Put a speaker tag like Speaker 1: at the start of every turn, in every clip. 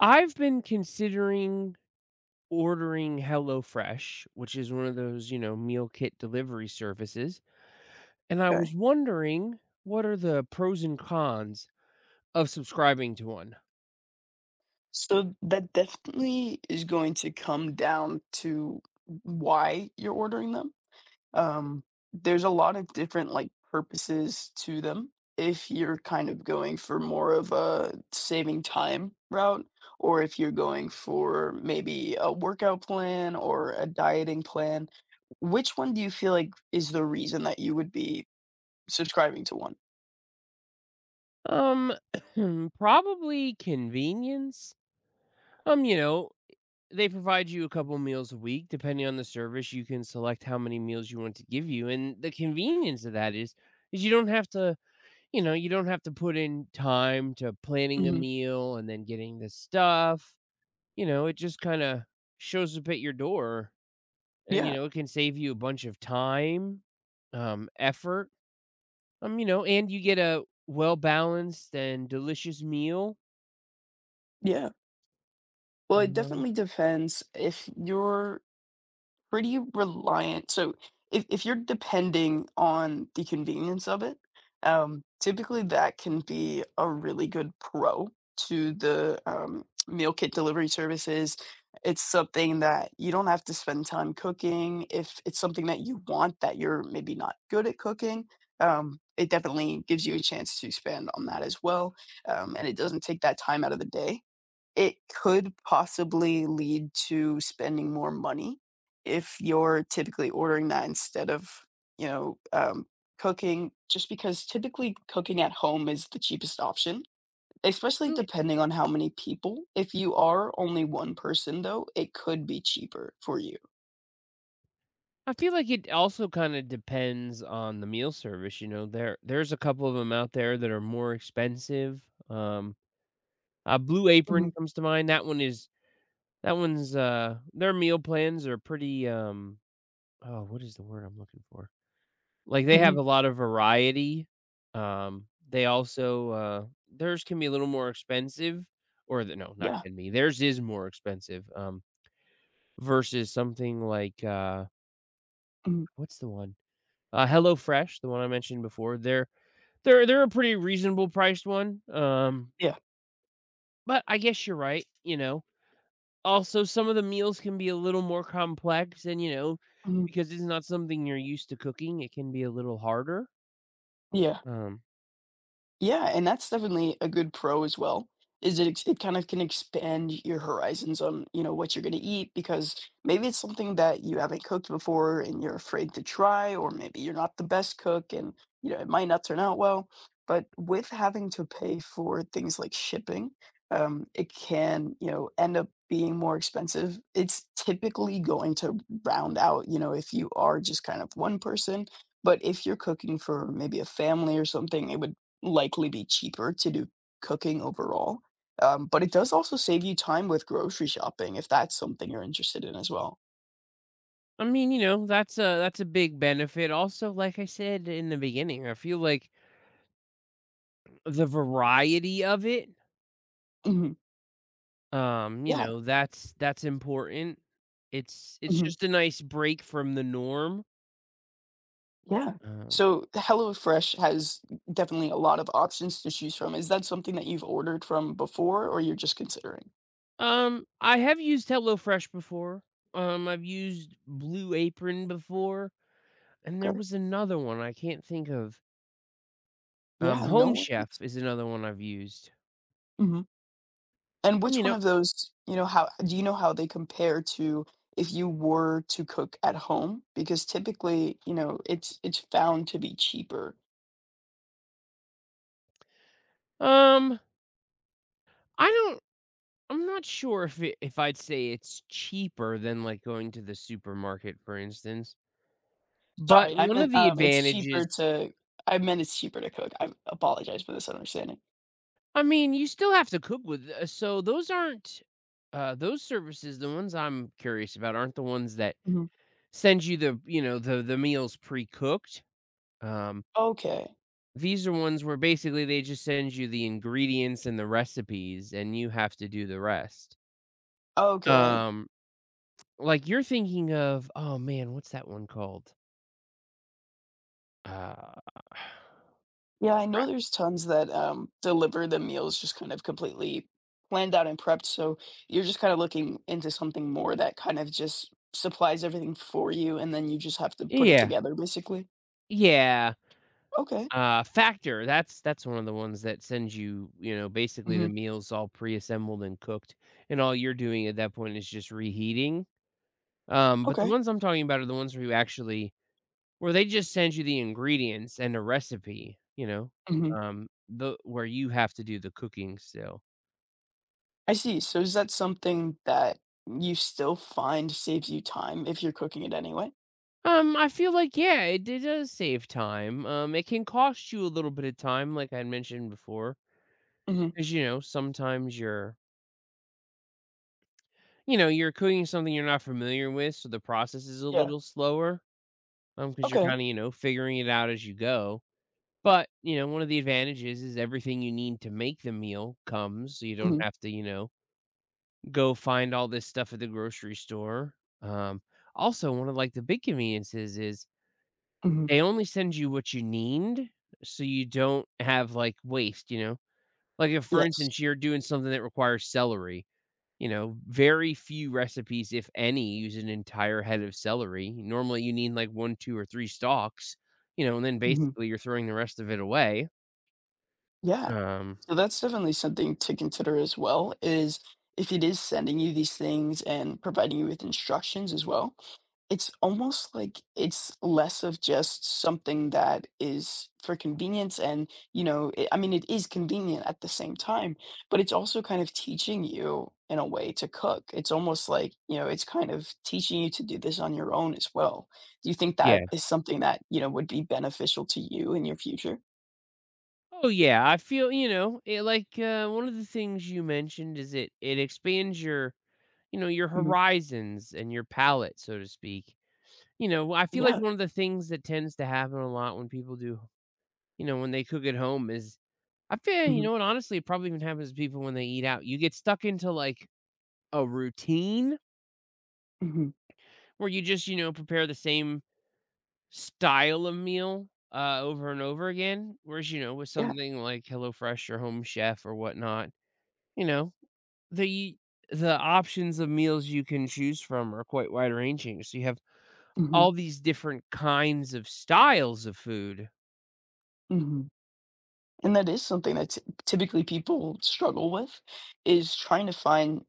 Speaker 1: I've been considering ordering HelloFresh, which is one of those, you know, meal kit delivery services, and I was
Speaker 2: Okay.
Speaker 1: wondering what are the pros and cons of subscribing to one?
Speaker 2: So that definitely is going to come down to why you're ordering them. Um, there's a lot of different like purposes to them. If you're kind of going for more of a saving time route, or if you're going for maybe a workout plan or a dieting plan, which one do you feel like is the reason that you would be subscribing to one?
Speaker 1: Um, probably convenience. Um, you know, they provide you a couple meals a week. Depending on the service, you can select how many meals you want to give you. And the convenience of that is you don't have to you don't have to put in time to planning a
Speaker 2: Hmm.
Speaker 1: meal and then getting the stuff. You know, it just kinda shows up at your door, and, you
Speaker 2: Yeah.
Speaker 1: know, it can save you a bunch of time, effort, you know, and you get a well-balanced and delicious meal.
Speaker 2: Yeah. Well, it
Speaker 1: Um,
Speaker 2: definitely depends if you're pretty reliant. So if you're depending on the convenience of it, typically that can be a really good pro to the meal kit delivery services. It's something that you don't have to spend time cooking. If it's something that you want that you're maybe not good at cooking, it definitely gives you a chance to spend on that as well. And it doesn't take that time out of the day it could possibly lead to spending more money if you're typically ordering that instead of, you know, cooking, just because typically cooking at home is the cheapest option, especially
Speaker 1: mm,
Speaker 2: depending on how many people. If you are only one person, though, it could be cheaper for you.
Speaker 1: I feel like it also kinda depends on the meal service. You know, there's a couple of them out there that are more expensive. Blue Apron
Speaker 2: Mhm,
Speaker 1: comes to mind. That one's, their meal plans are pretty, oh, what is the word I'm looking for? Like, they have
Speaker 2: mhm,
Speaker 1: a lot of variety. They also, theirs can be a little more expensive or the no, not
Speaker 2: yeah,
Speaker 1: can be. Theirs is more expensive, versus something like,
Speaker 2: mhm,
Speaker 1: what's the one? HelloFresh, the one I mentioned before. They're a pretty reasonable priced one,
Speaker 2: yeah,
Speaker 1: but I guess you're right, you know? Also, some of the meals can be a little more complex and, you know,
Speaker 2: mhm,
Speaker 1: because it's not something you're used to cooking, it can be a little harder.
Speaker 2: yeah.
Speaker 1: Um,
Speaker 2: Yeah, and that's definitely a good pro as well, is it kind of can expand your horizons on, you know, what you're gonna eat because maybe it's something that you haven't cooked before and you're afraid to try, or maybe you're not the best cook and, you know, it might not turn out well. But with having to pay for things like shipping, it can, you know, end up being more expensive. It's typically going to round out, you know, if you are just kind of one person, but if you're cooking for maybe a family or something, it would likely be cheaper to do cooking overall, but it does also save you time with grocery shopping if that's something you're interested in as well.
Speaker 1: I mean, you know, that's a big benefit. Also, like I said in the beginning, I feel like the variety of it,
Speaker 2: Mhm.
Speaker 1: you
Speaker 2: Yeah.
Speaker 1: know, that's important. It's
Speaker 2: Mhm.
Speaker 1: just a nice break from the norm.
Speaker 2: Yeah.
Speaker 1: Um,
Speaker 2: So HelloFresh has definitely a lot of options to choose from. Is that something that you've ordered from before or you're just considering?
Speaker 1: I have used HelloFresh before. I've used Blue Apron before, and there
Speaker 2: Okay.
Speaker 1: was another one I can't think of.
Speaker 2: Yeah, no
Speaker 1: Home
Speaker 2: worries.
Speaker 1: Chef is another one I've used.
Speaker 2: Mhm. And
Speaker 1: Um, you
Speaker 2: which one
Speaker 1: know,
Speaker 2: of those, you know, how do you know how they compare to if you were to cook at home? Because typically, you know, it's found to be cheaper.
Speaker 1: um, I don't I'm not sure if I'd say it's cheaper than, like, going to the supermarket, for instance, but
Speaker 2: Sorry, I
Speaker 1: one
Speaker 2: meant,
Speaker 1: of the
Speaker 2: it's cheaper
Speaker 1: advantages
Speaker 2: to I meant it's cheaper to cook. I apologize for this understanding.
Speaker 1: you still have to cook with so those aren't those services, the ones I'm curious about aren't the ones that
Speaker 2: Mhm.
Speaker 1: send you the meals pre-cooked. Um,
Speaker 2: Okay,
Speaker 1: these are ones where basically they just send you the ingredients and the recipes, and you have to do the rest.
Speaker 2: okay.
Speaker 1: Um Like, you're thinking of oh, man, what's that one called? Uh
Speaker 2: Yeah, I know
Speaker 1: Right.
Speaker 2: there's tons that, deliver the meals just kind of completely planned out and prepped, so you're just kinda looking into something more that kind of just supplies everything for you, and then you just have to put it
Speaker 1: Yeah,
Speaker 2: together, basically?
Speaker 1: yeah,
Speaker 2: Okay.
Speaker 1: Factor, that's one of the ones that sends you, you know, basically
Speaker 2: Mhm.
Speaker 1: the meals all pre-assembled and cooked, and all you're doing at that point is just reheating, but the
Speaker 2: Okay.
Speaker 1: ones I'm talking about are the ones where you actually where they just send you the ingredients and a recipe, you know,
Speaker 2: Mhm.
Speaker 1: the where you have to do the cooking still.
Speaker 2: I see, so is that something that you still find saves you time if you're cooking it anyway?
Speaker 1: I feel like, yeah, it does save time. It can cost you a little bit of time, like I mentioned before,
Speaker 2: Mhm.
Speaker 1: before, 'cause, you know, sometimes you're you know, you're cooking something you're not familiar with, so the process is a
Speaker 2: Yeah.
Speaker 1: little slower. Because you 'cause you're
Speaker 2: Okay.
Speaker 1: kinda, you know, figuring it out as you go. But, you know, one of the advantages is everything you need to make the meal comes, so you don't
Speaker 2: Mhm.
Speaker 1: have to, you know, go find all this stuff at the grocery store. Also, one of, like, the big conveniences is
Speaker 2: Mhm.
Speaker 1: they only send you what you need, so you don't have, like, waste, you know? Like, if, for
Speaker 2: Yes.
Speaker 1: instance, you're doing something that requires celery, you know, very few recipes, if any, use an entire head of celery. Normally, you need, like, 1, 2, or 3 stalks, you know, and then
Speaker 2: Mhm.
Speaker 1: basically you're throwing the rest of it away.
Speaker 2: Yeah.
Speaker 1: Um,
Speaker 2: So that's definitely something to consider as well, is if it is sending you these things and providing you with instructions as well, it's almost like it's less of just something that is for convenience and, you know, it I mean, it is convenient at the same time, but it's also kind of teaching you in a way to cook. It's almost like, you know, it's kind of teaching you to do this on your own as well. Do you think that
Speaker 1: yeah.
Speaker 2: is something that, you know, would be beneficial to you in your future?
Speaker 1: Oh, yeah, I feel you know, it like, one of the things you mentioned is it expands your, you know, your
Speaker 2: Mhm.
Speaker 1: horizons and your palate, so to speak. You know, I feel like
Speaker 2: Yeah.
Speaker 1: one of the things that tends to happen a lot when people do you know, when they cook at home is I feel you
Speaker 2: Mhm,
Speaker 1: know, and honestly, it probably even happens to people when they eat out. You get stuck into, like, a routine
Speaker 2: mhm,
Speaker 1: where you just, you know, prepare the same style of meal, over and over again, whereas, you know, with
Speaker 2: yeah,
Speaker 1: something like HelloFresh or Home Chef or whatnot, you know, the the options of meals you can choose from are quite wide ranging, so you have
Speaker 2: mhm,
Speaker 1: all these different kinds of styles of food.
Speaker 2: mhm. And that is something that t typically people struggle with, is trying to find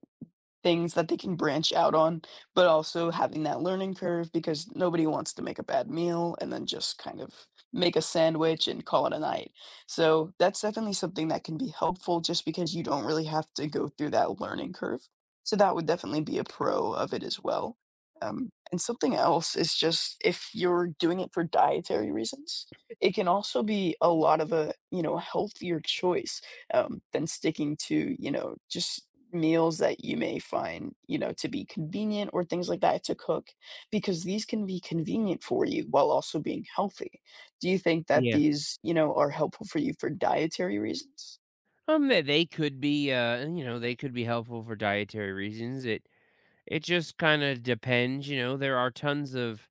Speaker 2: things that they can branch out on, but also having that learning curve because nobody wants to make a bad meal and then just kind of make a sandwich and call it a night. So that's definitely something that can be helpful just because you don't really have to go through that learning curve. So that would definitely be a pro of it as well. And something else is just if you're doing it for dietary reasons, it can also be a lot of a, you know, healthier choice, than sticking to, you know, just meals that you may find, you know, to be convenient or things like that to cook because these can be convenient for you while also being healthy. Do you think that
Speaker 1: Yeah.
Speaker 2: these, you know, are helpful for you for dietary reasons?
Speaker 1: That they could be, you know, they could be helpful for dietary reasons. It just kind of depends, you know.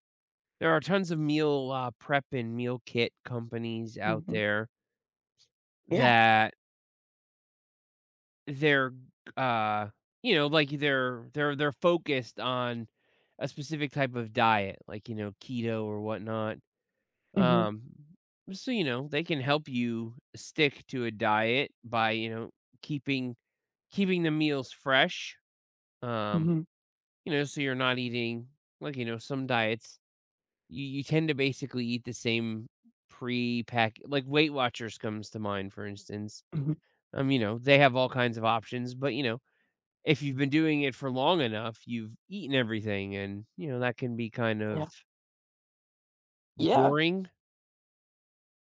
Speaker 1: There are tons of meal prep and meal kit companies out
Speaker 2: Mhm.
Speaker 1: there
Speaker 2: Yeah.
Speaker 1: that they're, uh, you know, like they're focused on a specific type of diet, like you know keto or whatnot.
Speaker 2: Mhm.
Speaker 1: Um, so you know they can help you stick to a diet by you know keeping keeping the meals fresh. Um,
Speaker 2: Mhm.
Speaker 1: you know, so you're not eating like, you know, some diets, you tend to basically eat the same pre-pack, like Weight Watchers comes to mind, for instance.
Speaker 2: Mhm.
Speaker 1: You know, they have all kinds of options, but, you know, if you've been doing it for long enough, you've eaten everything and, you know, that can be kind of
Speaker 2: Yeah. Yeah.
Speaker 1: boring.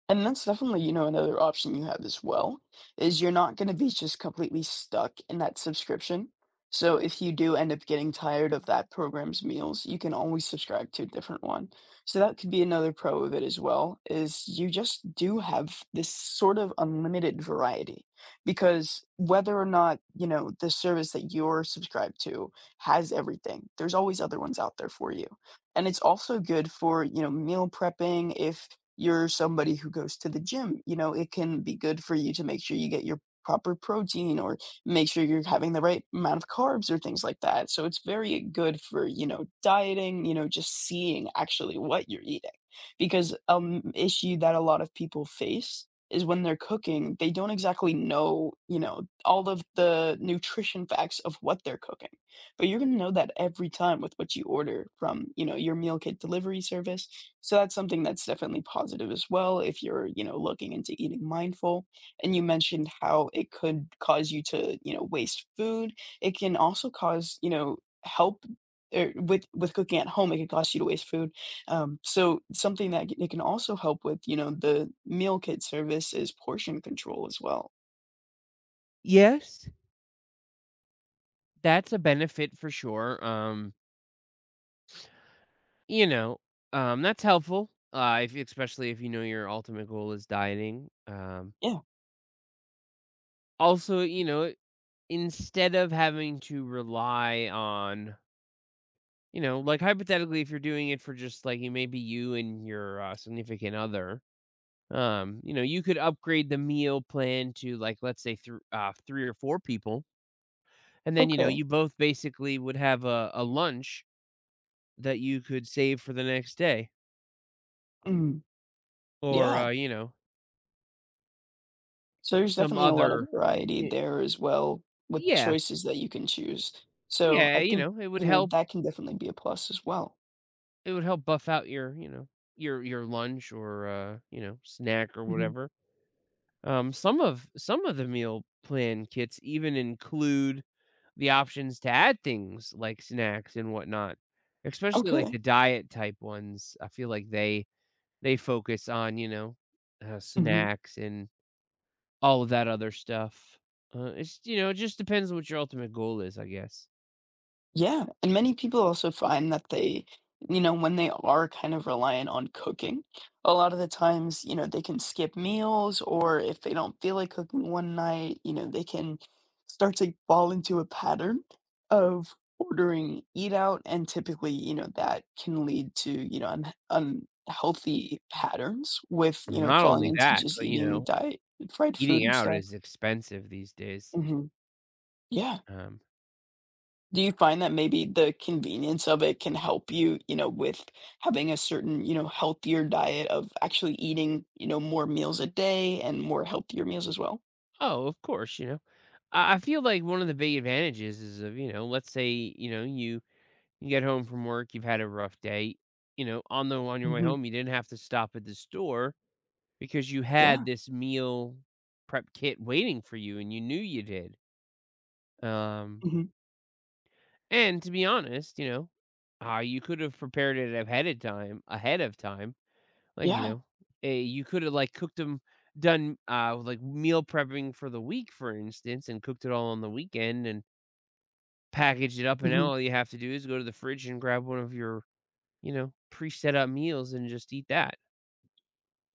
Speaker 2: And that's definitely, you know, another option you have as well, is you're not gonna be just completely stuck in that subscription. So if you do end up getting tired of that program's meals, you can always subscribe to a different one. So that could be another pro of it as well, is you just do have this sort of unlimited variety. Because whether or not, you know, the service that you're subscribed to has everything, there's always other ones out there for you. And it's also good for, you know, meal prepping if you're somebody who goes to the gym, you know, it can be good for you to make sure you get your proper protein or make sure you're having the right amount of carbs or things like that. So it's very good for, you know, dieting, you know, just seeing actually what you're eating. Because issue that a lot of people face is when they're cooking, they don't exactly know, you know, all of the nutrition facts of what they're cooking. But you're going to know that every time with what you order from, you know, your meal kit delivery service, so that's something that's definitely positive as well if you're, you know, looking into eating mindful. And you mentioned how it could cause you to, you know, waste food. It can also cause, you know, help with cooking at home, it can cause you to waste food. So something that it can also help with, you know, the meal kit service is portion control as well.
Speaker 1: Yes, that's a benefit for sure. You know, that's helpful, if especially if you know your ultimate goal is dieting.
Speaker 2: Yeah.
Speaker 1: Also, you know, instead of having to rely on you know, like, hypothetically, if you're doing it for just, like, you maybe you and your, significant other, you know, you could upgrade the meal plan to, like, let's say thr 3 or 4 people, and then, you know,
Speaker 2: Okay.
Speaker 1: you both basically would have a lunch that you could save for the next day
Speaker 2: Mm.
Speaker 1: or,
Speaker 2: Yeah.
Speaker 1: you know,
Speaker 2: So there's
Speaker 1: some
Speaker 2: definitely a lot of
Speaker 1: other
Speaker 2: variety
Speaker 1: Y
Speaker 2: there as well with
Speaker 1: yeah,
Speaker 2: choices that you can choose. So
Speaker 1: yeah,
Speaker 2: I
Speaker 1: you
Speaker 2: think,
Speaker 1: know,
Speaker 2: you know, that can definitely be a plus as well.
Speaker 1: it would help buff out your, you know, your lunch or, you know, snack or
Speaker 2: Mhm.
Speaker 1: whatever. Some of the meal plan kits even include the options to add things like snacks and whatnot, especially like
Speaker 2: Okay.
Speaker 1: the diet type ones. I feel like they focus on you know
Speaker 2: Mhm.
Speaker 1: snacks and all of that other stuff. It's you know it just depends what your ultimate goal is, I guess.
Speaker 2: Yeah, and many people also find that they, you know, when they are kind of reliant on cooking, a lot of the times, you know, they can skip meals or if they don't feel like cooking one night, you know, they can start to fall into a pattern of ordering eat out and typically, you know, that can lead to, you know, un unhealthy patterns with, you
Speaker 1: Well,
Speaker 2: know,
Speaker 1: not
Speaker 2: falling
Speaker 1: only
Speaker 2: into
Speaker 1: that,
Speaker 2: just
Speaker 1: but you
Speaker 2: eating
Speaker 1: know
Speaker 2: diet fried food
Speaker 1: eating
Speaker 2: and
Speaker 1: out
Speaker 2: stuff.
Speaker 1: is expensive these days.
Speaker 2: Mhm. Yeah.
Speaker 1: Um,
Speaker 2: Do you find that maybe the convenience of it can help you, you know, with having a certain, you know, healthier diet of actually eating, you know, more meals a day and more healthier meals as well?
Speaker 1: oh, of course, you know. I feel like one of the big advantages is of, you know, let's say, you know, you get home from work, you've had a rough day. You know, on your way
Speaker 2: Mhm.
Speaker 1: home, you didn't have to stop at the store because you had
Speaker 2: Yeah.
Speaker 1: this meal prep kit waiting for you and you knew you did. Um,
Speaker 2: Mhm.
Speaker 1: and to be honest, you know, you could have prepared it ahead of time, ahead of time. Like, you
Speaker 2: Yeah.
Speaker 1: know, you could have like cooked them done like meal prepping for the week for instance and cooked it all on the weekend and packaged it up, and now
Speaker 2: Mhm.
Speaker 1: all you have to do is go to the fridge and grab one of your you know, pre-set up meals and just eat that.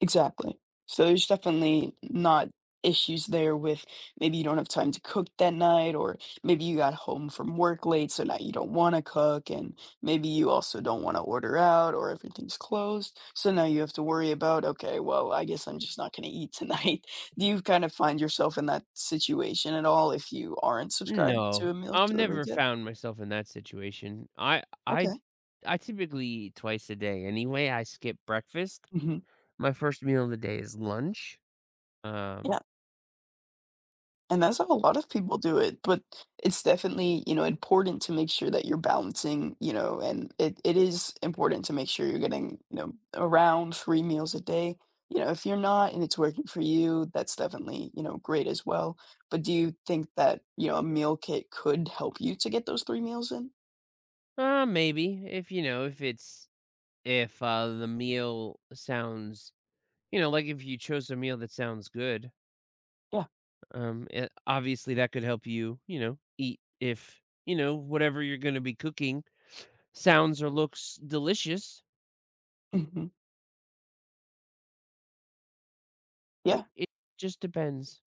Speaker 2: Exactly. So there's definitely not issues there with maybe you don't have time to cook that night, or maybe you got home from work late, so now you don't wanna cook, and maybe you also don't wanna order out, or everything's closed. So now you have to worry about, "Okay, well, I guess I'm just not gonna eat tonight." Do you kind of find yourself in that situation at all if you aren't subscribed to
Speaker 1: No,
Speaker 2: a meal
Speaker 1: I've
Speaker 2: delivery
Speaker 1: never
Speaker 2: kit?
Speaker 1: found myself in that situation. I
Speaker 2: Okay.
Speaker 1: I typically eat twice a day anyway. I skip breakfast.
Speaker 2: Mhm.
Speaker 1: My first meal of the day is lunch. Um,
Speaker 2: Yeah. And that's how a lot of people do it, but it's definitely, you know, important to make sure that you're balancing, you know, and it is important to make sure you're getting, you know, around 3 meals a day. You know, if you're not and it's working for you, that's definitely, you know, great as well. But do you think that, you know, a meal kit could help you to get those 3 meals in?
Speaker 1: maybe if you know if it's if the meal sounds you know like if you chose a meal that sounds good.
Speaker 2: Yeah.
Speaker 1: It, obviously that could help you you know eat if you know whatever you're going to be cooking sounds or looks delicious.
Speaker 2: Mhm. Yeah.
Speaker 1: Like, it just depends.